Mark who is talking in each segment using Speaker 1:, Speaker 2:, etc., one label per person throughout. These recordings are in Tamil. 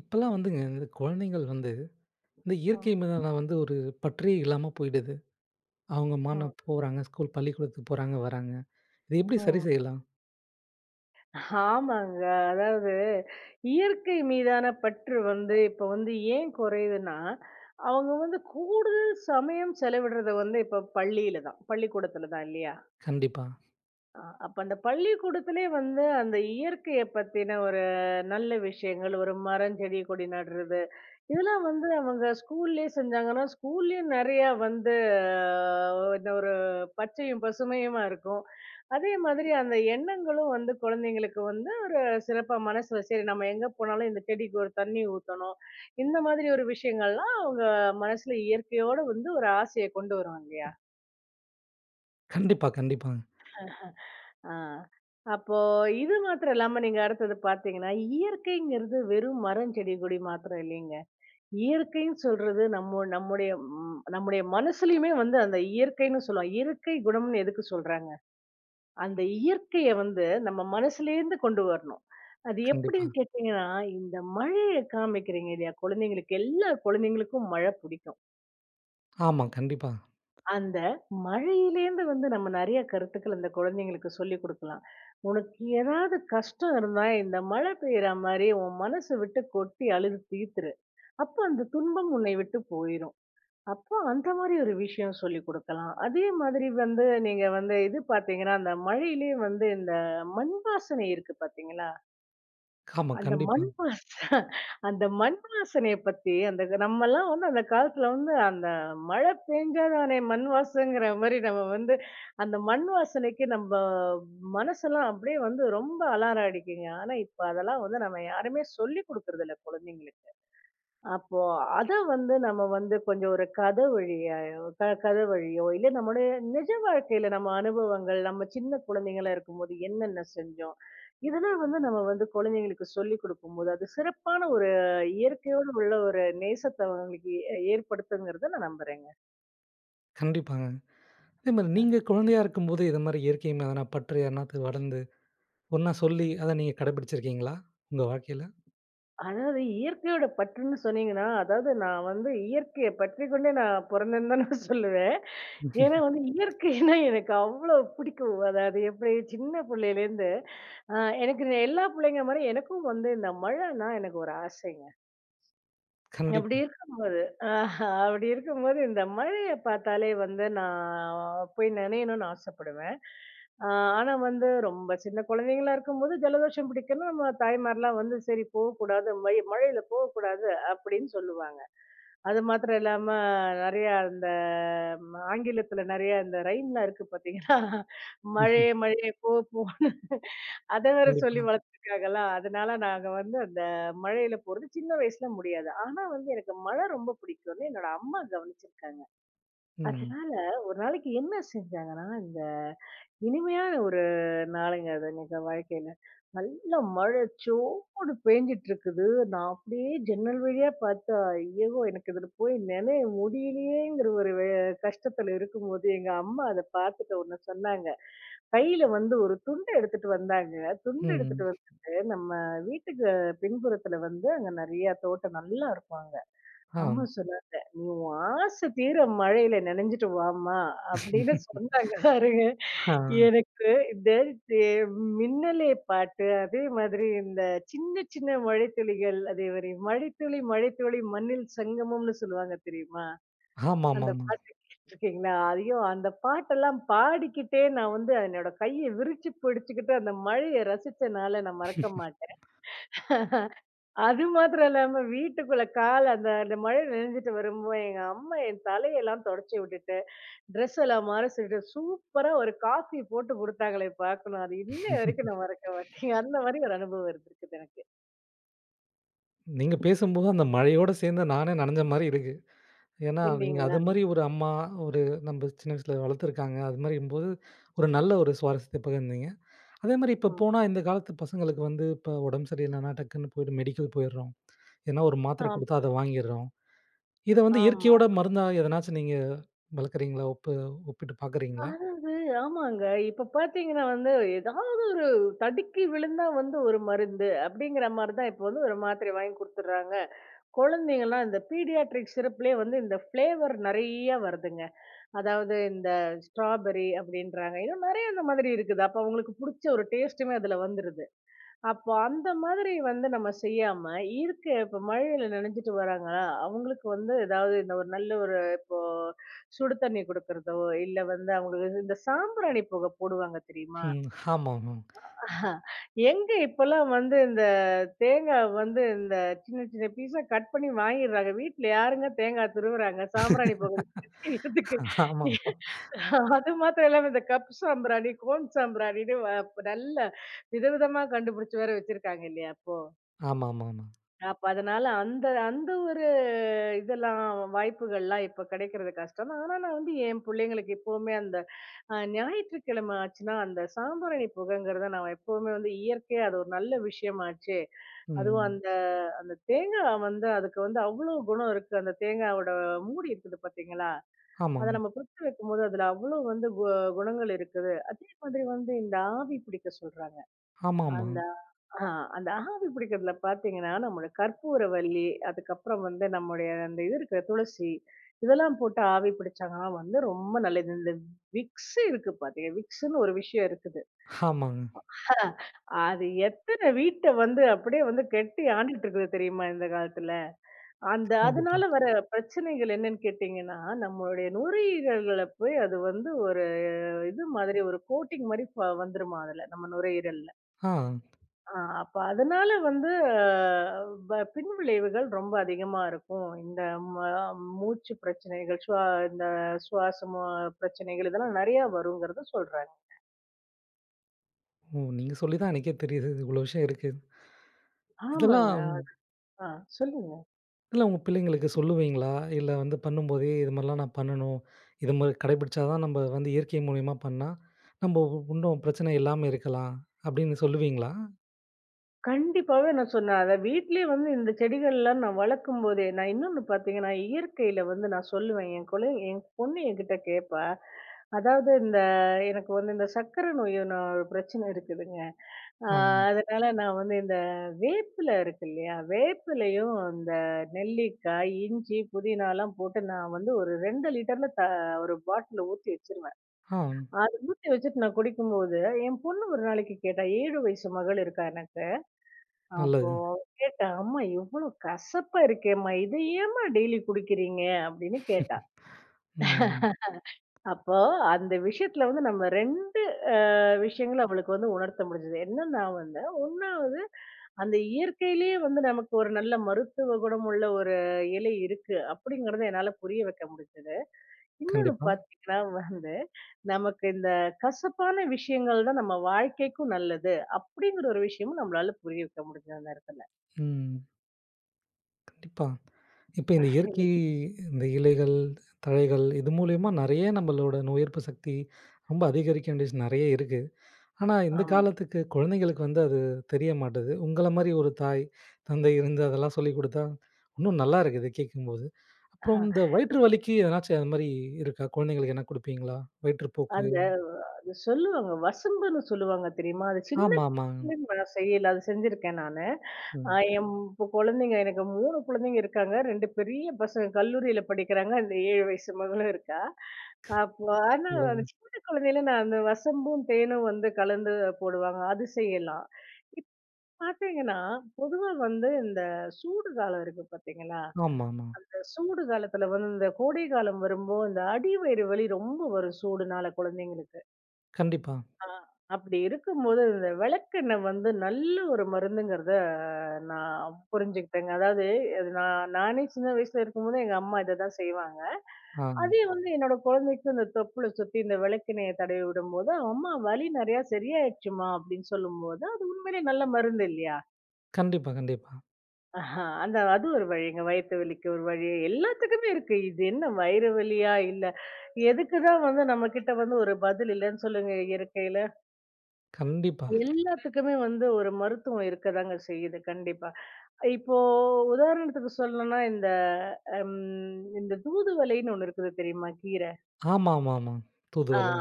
Speaker 1: இப்பல்லாம், இந்த குழந்தைகள் இந்த இயற்கை
Speaker 2: ம்,
Speaker 1: மீதான ஒரு பற்றே இல்லாம போயிடுது. அவங்க
Speaker 2: ம்,
Speaker 1: மான போறாங்க, ஸ்கூல் பள்ளிக்கூடத்துக்கு போறாங்க, வராங்க. இத எப்படி சரி
Speaker 2: ம்.
Speaker 1: செய்யலாம்?
Speaker 2: ஆமாங்க. அதாவது இயற்கை மீதான பற்று வந்து இப்ப வந்து ஏன் குறையுதுன்னா, அவங்க வந்து கூடுதல் சமயம் செலவிடுறது வந்து இப்ப பள்ளியில தான். பள்ளிக்கூடத்துல தான் இல்லையா?
Speaker 1: கண்டிப்பா.
Speaker 2: அப்ப அந்த பள்ளிக்கூடத்திலே வந்து அந்த இயற்கைய பத்தின ஒரு நல்ல விஷயங்கள், ஒரு மரம், செடி, கொடி நடுறது, இதெல்லாம் வந்து அவங்க ஸ்கூல்லயே செஞ்சாங்கன்னா, ஸ்கூல்லயும் நெறையா வந்து இந்த ஒரு பச்சையும், பசுமையுமா இருக்கும். அதே மாதிரி அந்த எண்ணங்களும் வந்து குழந்தைங்களுக்கு வந்து ஒரு சிறப்பா மனசுல, சரி நம்ம எங்க போனாலும் இந்த செடிக்கு ஒரு தண்ணி ஊத்தணும். இந்த மாதிரி ஒரு விஷயங்கள்லாம் அவங்க மனசுல இயற்கையோட வந்து ஒரு ஆசைய கொண்டு வருவாங்க இல்லையா?
Speaker 1: கண்டிப்பா, கண்டிப்பாங்க.
Speaker 2: ஆ. அப்போ இது மாத்திரம் இல்லாம நீங்க அடுத்தது பார்த்தீங்கன்னா, இயற்கைங்கிறது வெறும் மரம், செடி, கொடி மாத்திரம் இல்லைங்க. இயற்கைன்னு சொல்றது நம்முடைய மனசுலயுமே வந்து அந்த இயற்கைன்னு சொல்லுவோம். இயற்கை குணம்னு எதுக்கு சொல்றாங்க? அந்த இயற்கைய வந்து நம்ம மனசுலேருந்து கொண்டு வரணும். அது
Speaker 1: கண்டிப்பா.
Speaker 2: எப்படின்னு கேட்டீங்கன்னா, இந்த மழைய காமிக்கிறீங்க இல்லையா? குழந்தைங்களுக்கு எல்லா குழந்தைங்களுக்கும் மழை பிடிக்கும்.
Speaker 1: ஆமா, கண்டிப்பா.
Speaker 2: அந்த மழையிலேருந்து வந்து நம்ம நெறைய கருத்துக்கள் அந்த குழந்தைங்களுக்கு சொல்லிக் குடுக்கலாம். "உனக்கு ஏதாவது கஷ்டம் இருந்தா இந்த மழை பெய்யுற மாரி உன் மனச விட்டு கொட்டி அழுது தீர்த்துரு. அப்ப அந்த துன்பம் உன்னை விட்டு போயிரும்." அப்போ அந்த மாரி ஒரு விஷயம் சொல்லிக் குடுக்கலாம். அதே மாதிரி வந்து நீங்க வந்து இது பார்த்தீங்கன்னா, அந்த மழையிலே வந்து இந்த மண் வாசனை இருக்கு பார்த்தீங்களா?
Speaker 1: ஆமா,
Speaker 2: அந்த
Speaker 1: கண்டிப்பா.
Speaker 2: மண் வாச அந்த மண் வாசனைய பத்தி அந்த நம்மலாம் வந்து அந்த காலத்துல வந்து அந்த மழை பெஞ்சா தானே மண் வாசங்கிற மாரி நம்ம வந்து அந்த மண் வாசனைக்கு நம்ப மனசெல்லாம் அப்படியே வந்து ரொம்ப அலாரம் அடிக்குங்க. ஆனா இப்ப அதெல்லாம் வந்து நம்ம யாருமே சொல்லிக் குடுக்கறதில்ல குழந்தைங்களுக்கு. அப்போ அத வந்து நம்ம வந்து கொஞ்சம் ஒரு கதை வழியாயோ கதை வழியோ, இல்ல நம்முடைய நிஜ வாழ்க்கையில நம்ம அனுபவங்கள், நம்ம சின்ன குழந்தைங்களா இருக்கும்போது என்னென்ன செஞ்சோம்? இதெல்லாம் வந்து நம்ம வந்து குழந்தைங்களுக்கு சொல்லிக் குடுக்கும்போது, அது சிறப்பான ஒரு இயற்கையோடு உள்ள ஒரு நேசத்த அவங்களுக்கு ஏற்படுத்துங்கிறத நான் நம்புறேங்க.
Speaker 1: கண்டிப்பாங்க. அதே மாரி நீங்க குழந்தையா இருக்கும்போது, இது மாரி இயற்கை மீதான பற்று யாருனாத்து வளர்ந்து, ஒண்ணா சொல்லி அத நீங்க கடைபிடிச்சிருக்கீங்களா? உங்க வாழ்க்கையில?
Speaker 2: அதாவது இயற்கையோட பற்றுன்னு சொன்னீங்கன்னா, அதாவது நான் வந்து இயற்கைய பற்றிக்கொண்டே நான் பொறந்தேன்னு தான் நான் சொல்லுவேன். ஏன்னா வந்து இயற்கைன்னா எனக்கு அவ்ளோ பிடிக்கும். அதாவது எப்படி சின்ன புள்ளையிலேருந்து, அ எனக்கு இந்த எல்லா புள்ளைங்க மாரி எனக்கும் வந்து இந்த மழைன்னா எனக்கு ஒரு ஆசைங்க. அப்படி
Speaker 1: கண்டிப்பா.
Speaker 2: இருக்கும்போது ஆஹா, அப்படி இருக்கும்போது இந்த மழைய பார்த்தாலே வந்து நான் போய் நனையணும்னு ஆசைப்படுவேன். ஆ ஆனா வந்து ரொம்ப சின்ன குழந்தைங்களா இருக்கும்போது ஜலதோஷம் பிடிக்கும்னா, நம்ம தாய்மார்லாம் வந்து சரி போகக்கூடாது, மழை மழையில போகக்கூடாது அப்படின்னு சொல்லுவாங்க. அது மாத்திரம் இல்லாம நெறையா இந்த ஆங்கிலத்துல நெறைய இந்த ரைம்லாம் இருக்கு பார்த்தீங்களா? மழையே மழையே போ போன்னு அத வேற சொல்லி
Speaker 1: கண்டிப்பா.
Speaker 2: வளர்த்துருக்காங்களா, அதனால நாங்க வந்து அந்த மழையில போறது சின்ன வயசுல முடியாது. ஆனா வந்து எனக்கு மழை ரொம்ப பிடிக்கும்னு என்னோட அம்மா கவனிச்சிருக்காங்க.
Speaker 1: ம்.
Speaker 2: அதனால ஒரு நாளைக்கு என்ன செஞ்சாங்கன்னா இனிமையான ஒரு நாளுங்க அது எங்க வாழ்க்கையில. நல்ல மழை சோன்னு பேஞ்சுட்டு இருக்குது. நான் அப்படியே ஜன்னல் வழியா பார்த்தா, ஐயோ! எனக்கு இதுல போய் நெனைய முடியலையேங்கிற ஒரு கஷ்டத்துல இருக்கும்போது, எங்க அம்மா அத பார்த்துட்டு ஒண்ணு சொன்னாங்க. கையில வந்து ஒரு துண்டு எடுத்துட்டு வந்தாங்க. துண்டு
Speaker 1: ம்.
Speaker 2: எடுத்துட்டு வந்துட்டு, நம்ம வீட்டுக்கு பின்புறத்துல வந்து அங்க நெறையா தோட்டம் நல்லா இருக்கும் அங்க.
Speaker 1: ஆ.
Speaker 2: அம்மா சொன்னாங்க. "நீ உன் ஆசை தீர மழையில நனைஞ்சுட்டு வாம்மா" அப்படின்னு சொன்னாங்க பாருங்க.
Speaker 1: ஆ.
Speaker 2: எனக்கு இந்த தே மின்னலே பாட்டு, அதே மாதிரி இந்த சின்ன சின்ன மழைத்துளிகள், அதே மாரி மழைத்துளி மழைத்துளி மண்ணில் சங்கமம்னு சொல்லுவாங்க தெரியுமா? அந்த
Speaker 1: ஆமாமாமா.
Speaker 2: பாட்டு கேட்டுருக்கீங்களா? ஐயோ! அந்த பாட்டெல்லாம் பாடிக்கிட்டே நான் வந்து என்னோட கைய விரிச்சு பிடிச்சுக்கிட்டு அந்த மழைய ரசிச்சனால நான் மறக்க மாட்டேன். அது மாத்திரம் இல்லாம வீட்டுக்குள்ள கால் அந்த அந்த மழை நனைஞ்சிட்டு வரும்போது எங்க அம்மா என் தலையெல்லாம் தொடச்சி விட்டுட்டு, ட்ரெஸ் எல்லாம் மறைச்சிட்டு, சூப்பரா ஒரு காஃபி போட்டு குடுத்தாங்களே பார்க்கணும். அது இன்னை வரைக்கும் நான் மறக்க மாட்டேன். அந்த மாரி ஒரு அனுபவம் இருந்திருக்குது எனக்கு.
Speaker 1: நீங்க பேசும்போது அந்த மழையோட சேர்ந்து நானே நனைஞ்ச மாரி இருக்கு. ஏன்னா, நீங்க
Speaker 2: இல்லீங்களா?
Speaker 1: அது மாரி ஒரு அம்மா, ஒரு நம்ம சின்ன வயசுல வளர்த்துருக்காங்க. அது மாரிங்கும்போது, ஒரு நல்ல ஒரு சுவாரஸ்யத்த பகிர்ந்தீங்க. அதே மாரி இப்ப
Speaker 2: ம்.
Speaker 1: போனா இந்த காலத்து பசங்களுக்கு இப்ப உடம்பு சரியில்லன்னா டக்குன்னு போயிட்டு மெடிக்கல் போயிடுறோம். ஏன்னா ஒரு மாத்திரை
Speaker 2: ஆம்.
Speaker 1: குடுத்தா அத வாங்கிடுறோம். இத
Speaker 2: ஆமா.
Speaker 1: இயற்கையோட மருந்தா எதனாச்சும் நீங்க வளர்க்குறீங்களா? ஒப்பிட்டு பார்க்குறீங்களா?
Speaker 2: அதாவது ஆமாங்க. இப்ப பார்த்தீங்கன்னா வந்து, ஏதாவது ஒரு தடுக்கி விழுந்தா வந்து ஒரு மருந்து அப்படிங்கிற மாரி தான் இப்ப வந்து ஒரு மாத்திரை வாங்கி குடுத்துடுறாங்க. குழந்தைங்கலாம் இந்த பீடியாட்ரிக் சிறப்லயே வந்து இந்த ஃப்ளேவர் நெறைய வருதுங்க. அதாவது இந்த ஸ்ட்ராபெர்ரி அப்படின்றாங்க. இன்னும் நெறைய இந்த மாதிரி இருக்குது. அப்ப அவங்களுக்கு புடிச்ச ஒரு டேஸ்ட்டுமே அதுல வந்துருது. அப்போ அந்த மாதிரி வந்து நம்ம செய்யாம, இருக்க இப்ப மழையில நனைஞ்சுட்டு வராங்களா, அவங்களுக்கு வந்து ஏதாவது இந்த ஒரு நல்ல ஒரு இப்போ சுடு தண்ணி குடுக்குறதோ, இல்ல வந்து அவங்களுக்கு இந்த சாம்பிராணி புகை போடுவாங்க தெரியுமா?
Speaker 1: ம். ஆமாமா.
Speaker 2: ஆஹா, எங்க இப்பல்லாம் வந்து இந்த தேங்காய் வந்து இந்த சின்ன சின்ன பீஸா கட் பண்ணி வாங்கிடுறாங்க. வீட்ல யாருங்க தேங்காய் துருவுறாங்க? சாம்பிராணி பவுடர் எதுக்கு?
Speaker 1: ஆமா.
Speaker 2: அது மாத்திரம் இல்லாம இந்த கப் சாம்பிராணி, கோன் சாம்பிராணின்னு இப்ப நல்ல விதவிதமா கண்டுபிடிச்சு வேற வச்சிருக்காங்க இல்லையா இப்போ?
Speaker 1: ஆமாமாமா.
Speaker 2: அப்ப அதனால அந்த அந்த ஒரு இதெல்லாம் வாய்ப்புகள்லாம் இப்ப கிடைக்கிறது கஷ்டம் தான். ஆனா நான் வந்து என் பிள்ளைங்களுக்கு இப்பவுமே அந்த ஞாயிற்றுக்கிழமை ஆச்சுன்னா, அந்த சாம்பிராணி புகைங்கிறத நான் எப்பவுமே வந்து இயற்கையா அது ஒரு நல்ல விஷயமாச்சே. அதுவும்
Speaker 1: ம்.
Speaker 2: அந்த அந்த தேங்கா வந்து அதுக்கு வந்து அவ்ளோ குணம் இருக்கு. அந்த தேங்காவோட மூடி இருக்குது பார்த்தீங்களா?
Speaker 1: ஆமா.
Speaker 2: அத நம்ம பிரிச்சு வைக்கும்போது, அதுல அவ்ளோ வந்து குணங்கள் இருக்குது. அதே மாதிரி வந்து இந்த ஆவி பிடிக்க சொல்றாங்க.
Speaker 1: ஆமாமா.
Speaker 2: அந்த ஆ அந்த ஆவி பிடிக்கிறதுல பார்த்தீங்கன்னா, நம்முடைய கற்பூரவள்ளி, அதுக்கப்புறம் வந்து நம்முடைய அந்த இது இருக்கு துளசி, இதெல்லாம் போட்டு ஆவி பிடிச்சாங்கன்னா வந்து ரொம்ப நல்லது. இந்த விக்ஸ் இருக்கு பாத்தீங்க விக்ஸ்ன்னு ஒரு விஷயம் இருக்குது.
Speaker 1: ஆமாங்க.
Speaker 2: ஆஹ் அது எத்தன வீட்ட வந்து அப்படியே வந்து கெட்டி ஆண்டுட்டு இருக்குது தெரியுமா இந்த காலத்துல? அந்த
Speaker 1: கண்டிப்பா.
Speaker 2: அதனால வர பிரச்சனைகள் என்னன்னு கேட்டீங்கன்னா, நம்மளுடைய நுரையீரல்கள்ல போய் அது வந்து ஒரு இது மாதிரி ஒரு கோட்டிங் மாரி வந்துருமா அதுல, நம்ம நுரையீரல்ல.
Speaker 1: ஆ.
Speaker 2: அப்ப அதனால வந்து வ பின்விளைவுகள் ரொம்ப அதிகமா இருக்கும். இந்த ம மூச்சு பிரச்சனைகள், இந்த சுவாச மு பிரச்சனைகள் இதெல்லாம் நெறையா வருங்கிறத சொல்றாங்க.
Speaker 1: ஓ! நீங்க சொல்லி தான் எனக்கே தெரியுது. இவ்வளோ விஷயம் இருக்கு.
Speaker 2: ஆமாங்க.
Speaker 1: இதெல்லாம்
Speaker 2: ஆ. சொல்லு.
Speaker 1: இதெல்லாம் உங்க பிள்ளைங்களுக்கு சொல்லுவீங்களா? இல்ல வந்து பண்ணும்போதே இது மாரிலாம் நான் பண்ணணும். இது மாரி கடைபிடிச்சா தான் நம்ம இயற்கை மூலியமா பண்ணா, நம்ம இன்னும் பிரச்சனை இல்லாம இருக்கலாம். அப்படின்னு சொல்லுவீங்களா?
Speaker 2: கண்டிப்பாவே நான் சொன்னேன். அத வீட்லயே வந்து இந்த செடிகள்லாம் நான் வளர்க்கும்போதே நான் இன்னொன்னு பார்த்தீங்கன்னா, இயற்கையில வந்து நான் சொல்லுவேன். என் பொண்ணு என்கிட்ட கேட்பா. அதாவது இந்த எனக்கு வந்து இந்த சர்க்கரை நோயின்னு ஒரு பிரச்சனை இருக்குதுங்க. ஆ
Speaker 1: ஆம்.
Speaker 2: அதனால நான் வந்து இந்த வேப்பில இருக்கு இல்லையா? வேப்பிலையும் இந்த நெல்லிக்காய், இஞ்சி, புதினாலாம் போட்டு நான் வந்து ஒரு 2 லிட்டர்ல ஒரு பாட்டில்ல ஊத்தி வச்சுருவேன்.
Speaker 1: ஆ
Speaker 2: அது ஊத்தி வச்சுட்டு நான் குடிக்கும்போது, என் பொண்ணு ஒரு நாளைக்கு கேட்டா 7 வயசு மகள் இருக்கா எனக்கு. அப்போ
Speaker 1: நல்லது.
Speaker 2: கேட்டேன், "அம்மா இவ்ளோ கசப்பா இருக்கேம்மா, இத ஏம்மா டெய்லி குடிக்கிறீங்க?" அப்படின்னு கேட்டா.
Speaker 1: ம்.
Speaker 2: அப்போ அந்த விஷயத்துல வந்து நம்ம 2 அ விஷயங்கள அவளுக்கு வந்து உணர்த்த முடிஞ்சது. என்னன்னா வந்து, 1வது அந்த இயற்கையிலேயே வந்து நமக்கு ஒரு நல்ல மருத்துவ குணம் உள்ள ஒரு இலை இருக்கு அப்படிங்கிறத என்னால புரிய வைக்க முடிஞ்சது. இன்னொன்னு
Speaker 1: கண்டிப்பா.
Speaker 2: பாத்தீங்கன்னா வந்து, நமக்கு இந்த கசப்பான விஷயங்கள் தான் நம்ம வாழ்க்கைக்கும் நல்லது அப்படிங்கிற ஒரு விஷயமும் நம்மளால புரிய வைக்க முடிஞ்சது அந்த இடத்துல.
Speaker 1: ம். கண்டிப்பா. இப்ப இந்த இயற்கை இந்த இலைகள், தழைகள் இது மூலியமா நெறைய நம்மளோட நோய் எதிர்ப்பு சக்தி ரொம்ப அதிகரிக்க வேண்டிய விஷயம் நெறைய இருக்கு. ஆனா, இந்த
Speaker 2: ஆமா.
Speaker 1: காலத்துக்கு குழந்தைங்களுக்கு அது தெரிய மாட்டது. உங்கள மாரி ஒரு தாய், தந்தை இருந்து அதெல்லாம் சொல்லிக் குடுத்தா, இன்னும் நல்லா இருக்குது கேட்கும்போது. அப்புறம் இந்த வயிற்று வலிக்கு எதனாச்சும் அது மாரி இருக்கா? குழந்தைங்களுக்கு எதனா குடுப்பீங்களா? வயிற்றுப்போக்கு.
Speaker 2: அந்த அது சொல்லுவாங்க. வசம்புன்னு சொல்லுவாங்க தெரியுமா? அது சின்ன
Speaker 1: ஆமாமா.
Speaker 2: குழந்தைக்கு நான் செய்யல. அது செஞ்சிருக்கேன் நானு.
Speaker 1: ம்.
Speaker 2: என் இப்போ குழந்தைங்க எனக்கு 3 குழந்தைங்க இருக்காங்க. 2 பெரிய பசங்க கல்லூரியில படிக்கிறாங்க. அந்த 7 வயசு மகளும் இருக்கா. அப்போ ஆனா அந்த
Speaker 1: நல்லது.
Speaker 2: சின்ன குழந்தையில நான் அந்த வசம்பும், தேனும் வந்து கலந்து போடுவாங்க. அது செய்யலாம். இப்ப பார்த்தீங்கன்னா, பொதுவா வந்து இந்த சூடு காலம் இருக்கு பார்த்தீங்களா?
Speaker 1: ஆமாமா.
Speaker 2: இந்த சூடு காலத்துல வந்து இந்த கோடை காலம் வரும்போ, இந்த அடிவயிறு வலி ரொம்ப வரும் சூடுனால குழந்தைங்களுக்கு.
Speaker 1: கண்டிப்பா.
Speaker 2: ஆ. அப்படி இருக்கும்போது, இந்த விளக்கெண்ணெய் வந்து நல்ல ஒரு மருந்துங்கிறத நான் புரிஞ்சுக்கிட்டேங்க. அதாவது அது நான் நானே சின்ன வயசுல இருக்கும்போது எங்க அம்மா இததான் செய்வாங்க.
Speaker 1: ஆ.
Speaker 2: அதே வந்து என்னோட குழந்தைக்கு இந்த தொப்புள சுத்தி இந்த விளக்கெண்ணெய தடவி விடும்போது, "அம்மா வலி நெறையா சரியாயிடுச்சும்மா" அப்படின்னு சொல்லும்போது, அது உண்மையிலேயே நல்ல மருந்து இல்லையா?
Speaker 1: கண்டிப்பா, கண்டிப்பா.
Speaker 2: ஆஹா, அந்த அது ஒரு வழிங்க. வயித்து வலிக்கு ஒரு வழி. எல்லாத்துக்குமே இருக்கு. இது என்ன வயிறு வலியா? இல்ல எதுக்கு தான் வந்து நம்மகிட்ட வந்து ஒரு பதில் இல்லன்னு சொல்லுங்க இயற்கையில.
Speaker 1: கண்டிப்பா.
Speaker 2: எல்லாத்துக்குமே வந்து ஒரு மருத்துவம் இருக்கதாங்க செய்யுது கண்டிப்பா. இப்போ உதாரணத்துக்கு சொல்லணும்னா, இந்த அம் இந்த தூதுவளைன்னு ஒண்ணு இருக்குது தெரியுமா? கீர.
Speaker 1: ஆமாமாமா.
Speaker 2: ஆ,
Speaker 1: தூதுவளை.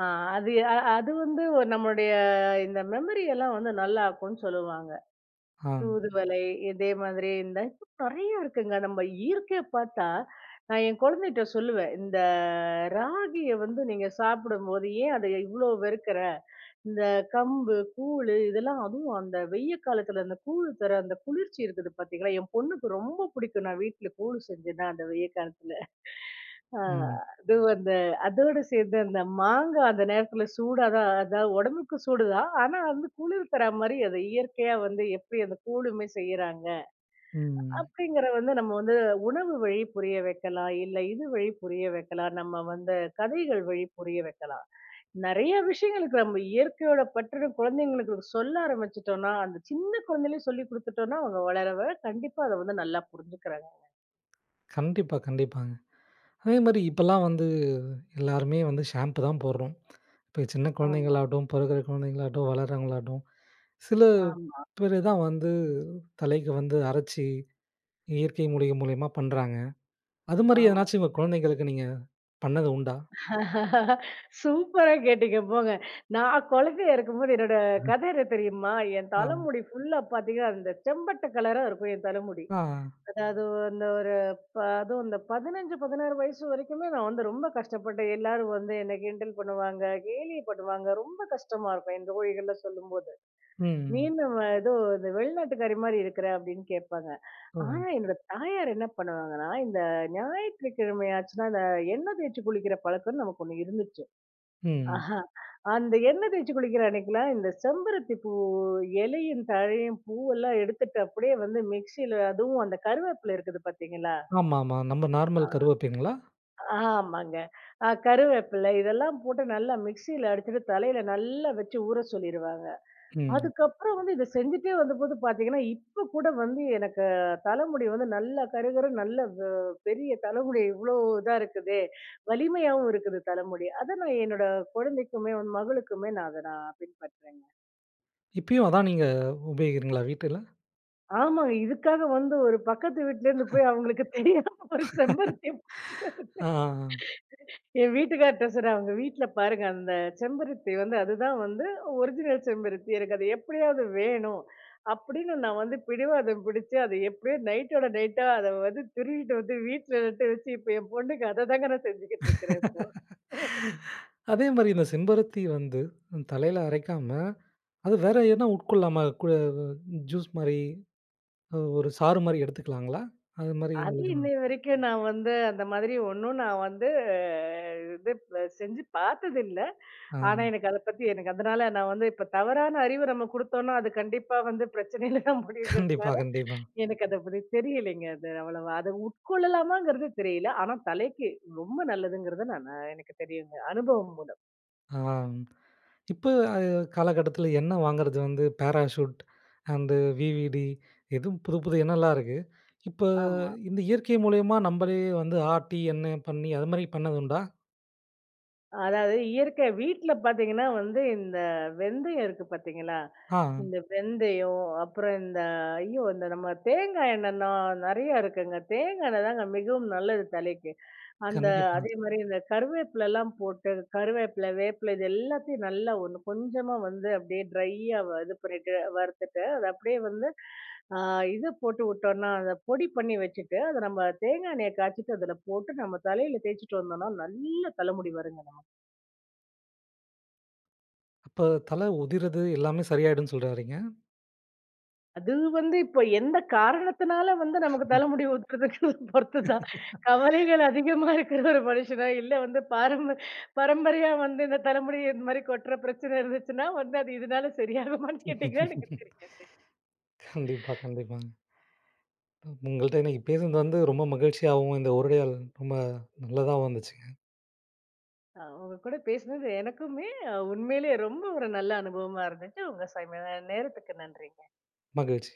Speaker 2: ஆ அது வந்து ஒரு நம்மளுடைய இந்த மெமரி எல்லாம் வந்து நல்லாக்கும்ன்னு சொல்லுவாங்க.
Speaker 1: ஆ.
Speaker 2: தூதுவளை, இதே மாதிரி இந்த நெறைய இருக்குங்க. நம்ம இயற்கையா பார்த்தா, நான் என் குழந்தைட்ட சொல்லுவேன். இந்த ராகிய வந்து நீங்க சாப்பிடும்போது, ஏன் அத இவ்ளோ வெறுக்கிற? இந்த கம்பு, கூழு இதெல்லாம் அதுவும் அந்த வெய்ய காலத்துல அந்த கூழு தர அந்த குளிர்ச்சி இருக்குது பாத்தீங்களா? என் பொண்ணுக்கு ரொம்ப பிடிக்கும். நான் வீட்ல கூழு செஞ்சேன்னா, அந்த வெய்ய காலத்துல. ஆ
Speaker 1: ம்.
Speaker 2: அதுவும் அந்த அதோட சேர்ந்து அந்த மாங்கா அந்த நேரத்துல சூடா தான் அதாவது உடம்புக்கு சூடு தான். ஆனா வந்து குளிர் தர மாரி அத இயற்கையா வந்து எப்படி அந்த கூழுமே செய்யறாங்க,
Speaker 1: ம்.
Speaker 2: அப்படிங்கிற வந்து நம்ம வந்து உணவு வழி புரிய வைக்கலாம். இல்ல இது வழி புரிய வைக்கலாம். நம்ம வந்து கதைகள் வழி புரிய வைக்கலாம். நெறைய விஷயங்களுக்கு நம்ம இயற்கையோட பற்றுன குழந்தைங்களுக்கு சொல்ல ஆரம்பிச்சுட்டோம்னா, அந்த சின்ன குழந்தையிலயே சொல்லிக் குடுத்துட்டோம்னா, அவங்க வளர, வளர கண்டிப்பா அத வந்து நல்லா புரிஞ்சுக்கிறாங்க.
Speaker 1: கண்டிப்பா, கண்டிப்பாங்க. அதே மாரி இப்பலாம் எல்லாருமே ஷாம்பு தான் போடுறோம். இப்ப சின்ன
Speaker 2: ஆமா,
Speaker 1: குழந்தைங்களாகட்டும், பிறக்குற குழந்தைங்களாகட்டும், வளர்றவங்களாகட்டும், சில
Speaker 2: ஆமா,
Speaker 1: பேரு தான் தலைக்கு அரைச்சு, இயற்கை முறை மூலியமா பண்றாங்க. அது மாரி
Speaker 2: ஆமா.
Speaker 1: எதனாச்சும் உங்க குழந்தைங்களுக்கு நீங்க பண்ணது உண்டா?
Speaker 2: சூப்பரா கேட்டீங்க போங்க. நான் குழந்தையா இருக்கும்போது என்னோட
Speaker 1: ம்.
Speaker 2: கதை என்ன தெரியுமா? என்
Speaker 1: ஆ,
Speaker 2: தலைமுடி ஃபுல்லா பார்த்தீங்கன்னா, அந்த செம்பட்ட கலரா இருக்கும் என் தலைமுடி.
Speaker 1: ஆ,
Speaker 2: அதாவது அந்த ஒரு அதுவும் அந்த 15, 16 வயசு வரைக்குமே நான் வந்து ரொம்ப கஷ்டப்பட்டேன். எல்லாரும் வந்து என்ன கிண்டல் பண்ணுவாங்க, கேலி பண்ணுவாங்க. ரொம்ப கஷ்டமா இருக்கும் என் தோழிகள்லாம் சொல்லும்போது. "நீ
Speaker 1: ம்.
Speaker 2: என்ன ஏதோ இந்த வெளிநாட்டுக்காரி மாரி இருக்கிற" அப்படின்னு கேட்பாங்க.
Speaker 1: ஓ!
Speaker 2: ஆனா என்னோட தாயார் என்ன பண்ணுவாங்கன்னா, இந்த ஞாயிற்றுக்கிழமை ஆச்சுன்னா, அந்த எண்ணெய் தேய்ச்சு குளிக்கிற பழக்கம்ன்னு நமக்கு ஒண்ணு இருந்துச்சு.
Speaker 1: ம்.
Speaker 2: ஆஹா. அந்த எண்ணெய் தேய்ச்சு குளிக்கிற அன்னைக்கெல்லாம் இந்த செம்பருத்தி பூ இலையும் தழையும் பூவெல்லாம் எடுத்துட்டு அப்படியே வந்து மிக்ஸியில அதுவும் அந்த கருவேப்பிலை இருக்குது பார்த்தீங்களா?
Speaker 1: ஆமாமா. நம்ம நார்மல் கருவேப்பிலைங்களா?
Speaker 2: ஆமாங்க. கருவேப்பிலை இதெல்லாம் போட்டு நல்லா மிக்ஸியில அடிச்சுட்டு தலையில நல்லா வச்சு ஊற சொல்லிருவாங்க.
Speaker 1: ம்.
Speaker 2: அதுக்கப்புறம் வந்து இத செஞ்சுட்டே வந்தபோது பார்த்தீங்கன்னா, இப்ப கூட வந்து எனக்கு தலைமுடி வந்து நல்லா கருகருன்னு நல்ல பெரிய தலைமுடி இவ்ளோ இதா இருக்குதே! வலிமையாவும் இருக்குது தலைமுடி. அத நான் என்னோட குழந்தைக்குமே, உன் மகளுக்குமே நான் அத நான் பின்பற்றேங்க.
Speaker 1: இப்பயும் அதான் நீங்க உபயோகிக்கிறீங்களா வீட்டுல?
Speaker 2: ஆமாங்க. இதுக்காக வந்து ஒரு பக்கத்து வீட்லேருந்து போய் அவங்களுக்கு தெரியாம ஒரு செம்பருத்திய பறிச்சுட்டு
Speaker 1: ஆ, ஆ, ஆ.
Speaker 2: என் வீட்டுக்கார்ட்ட சொன்னேன், "அவங்க வீட்ல பாருங்க அந்த செம்பருத்தி வந்து அதுதான் வந்து ஒரிஜினல் செம்பருத்தி. எனக்கு அது எப்படியாவது வேணும்." அப்படின்னு நான் வந்து பிடிவாதம் பிடிச்சு, அத எப்படியோ நைட்டோட நைட்டா அத வந்து திருடிட்டு வந்து வீட்ல நட்டு வச்சு, இப்ப என் பொண்ணுக்கு அத தாங்க நான் செஞ்சுகிட்டு இருக்கிறேன் இப்போ.
Speaker 1: அதே மாரி இந்த செம்பருத்தி தலையில அரைக்காம, அது வேற எதுனா உட்கொள்ளலாமா? ஜூஸ் மாரி? ஒரு சாறு மாரி எடுத்துக்கலாங்களா? அது மாரி
Speaker 2: அது
Speaker 1: உங்களுக்கு
Speaker 2: இன்னை
Speaker 1: நான்
Speaker 2: வரைக்கும் நான் வந்து அந்த மாதிரி ஒண்ணும் நான் வந்து அ இது செஞ்சு பார்த்ததில்ல.
Speaker 1: ஆ
Speaker 2: ஆனா, எனக்கு அத பத்தி எனக்கு அதனால நான் வந்து இப்ப தவறான அறிவு நம்ம குடுத்தோம்னா, அது கண்டிப்பா வந்து பிரச்சனையில தான்
Speaker 1: கண்டிப்பா,
Speaker 2: முடியுங்கிறதுனால
Speaker 1: கண்டிப்பா.
Speaker 2: எனக்கு அத பத்தி தெரியலைங்க. அது அவ்வளவா. அத உட்கொள்ளலாமாங்கிறது தெரியல. ஆனா தலைக்கு ரொம்ப நல்லதுங்கிறது நான் நான் எனக்கு தெரியுங்க. அனுபவம்.
Speaker 1: ஆ இப்ப அது காலகட்டத்தில வாங்குறது பேராசூட் அண்டு விவிடி எதுவும் புது புது எண்ணெல்லாம் இருக்கு. இப்ப
Speaker 2: ஆமா.
Speaker 1: இந்த இயற்கை மூலியமா நம்பளே ஆட்டி, எண்ணெய் பண்ணி அது மாரி பண்ணது உண்டா?
Speaker 2: அதாவது இயற்கை வீட்ல பார்த்தீங்கன்னா வந்து இந்த வெந்தயம் இருக்கு பார்த்தீங்களா?
Speaker 1: ஆ
Speaker 2: இந்த வெந்தயம், அப்புறம் இந்த ஐயோ! இந்த நம்ம தேங்காய் எண்ணெய்னா நெறையா இருக்குங்க. தேங்காய் எண்ணெய் தாங்க மிகவும் நல்லது தலைக்கு. அந்த
Speaker 1: கண்டிப்பா.
Speaker 2: அதே மாரி இந்த கருவேப்பிலலாம் போட்டு கருவேப்பில, வேப்பில இது எல்லாத்தையும் நல்லா ஒண்ணு கொஞ்சமா வந்து அப்படியே ட்ரையா இது பண்ணிட்டு வறுத்துட்டு, அது அப்படியே வந்து ஆ இத போட்டு விட்டோம்னா, அத பொடி பண்ணி வச்சுட்டு, அத நம்ம தேங்காய் எண்ணெய காய்ச்சிட்டு அதுல போட்டு நம்ம தலையில தேய்ச்சுட்டு வந்தோம்னா, நல்ல தலைமுடி வருங்க. நமக்கு.
Speaker 1: அப்ப தல உதிர்றது எல்லாமே சரியாயிடும்னு சொல்ல வர்றீங்க?
Speaker 2: அது வந்து இப்ப எந்த காரணத்தினால வந்து நமக்கு தலைமுடி உதிர்றதுங்கிறத பொறுத்து தான். கவலைகள் அதிகமா இருக்கிற ஒரு மனுஷனா, இல்ல வந்து பரம்பரையா வந்து இந்த தலைமுடி இந்த மாரி கொட்டுற பிரச்சனை இருந்துச்சுன்னா, வந்து அது இதனால சரியாகுமான்னு கேட்டீங்கன்னா, எனக்கு தெரியாது.
Speaker 1: கண்டிப்பா, கண்டிப்பாங்க. உங்கள்ட்ட இன்னைக்கு பேசுனது ரொம்ப மகிழ்ச்சியாவும், இந்த உரையாடல் ரொம்ப நல்லதாவும் இருந்துச்சுங்க.
Speaker 2: உங்க கூட பேசினது எனக்குமே உண்மையிலேயே ரொம்ப ஒரு நல்ல அனுபவமா இருந்துச்சு. உங்க நேரத்துக்கு நன்றி.
Speaker 1: மகிழ்ச்சி.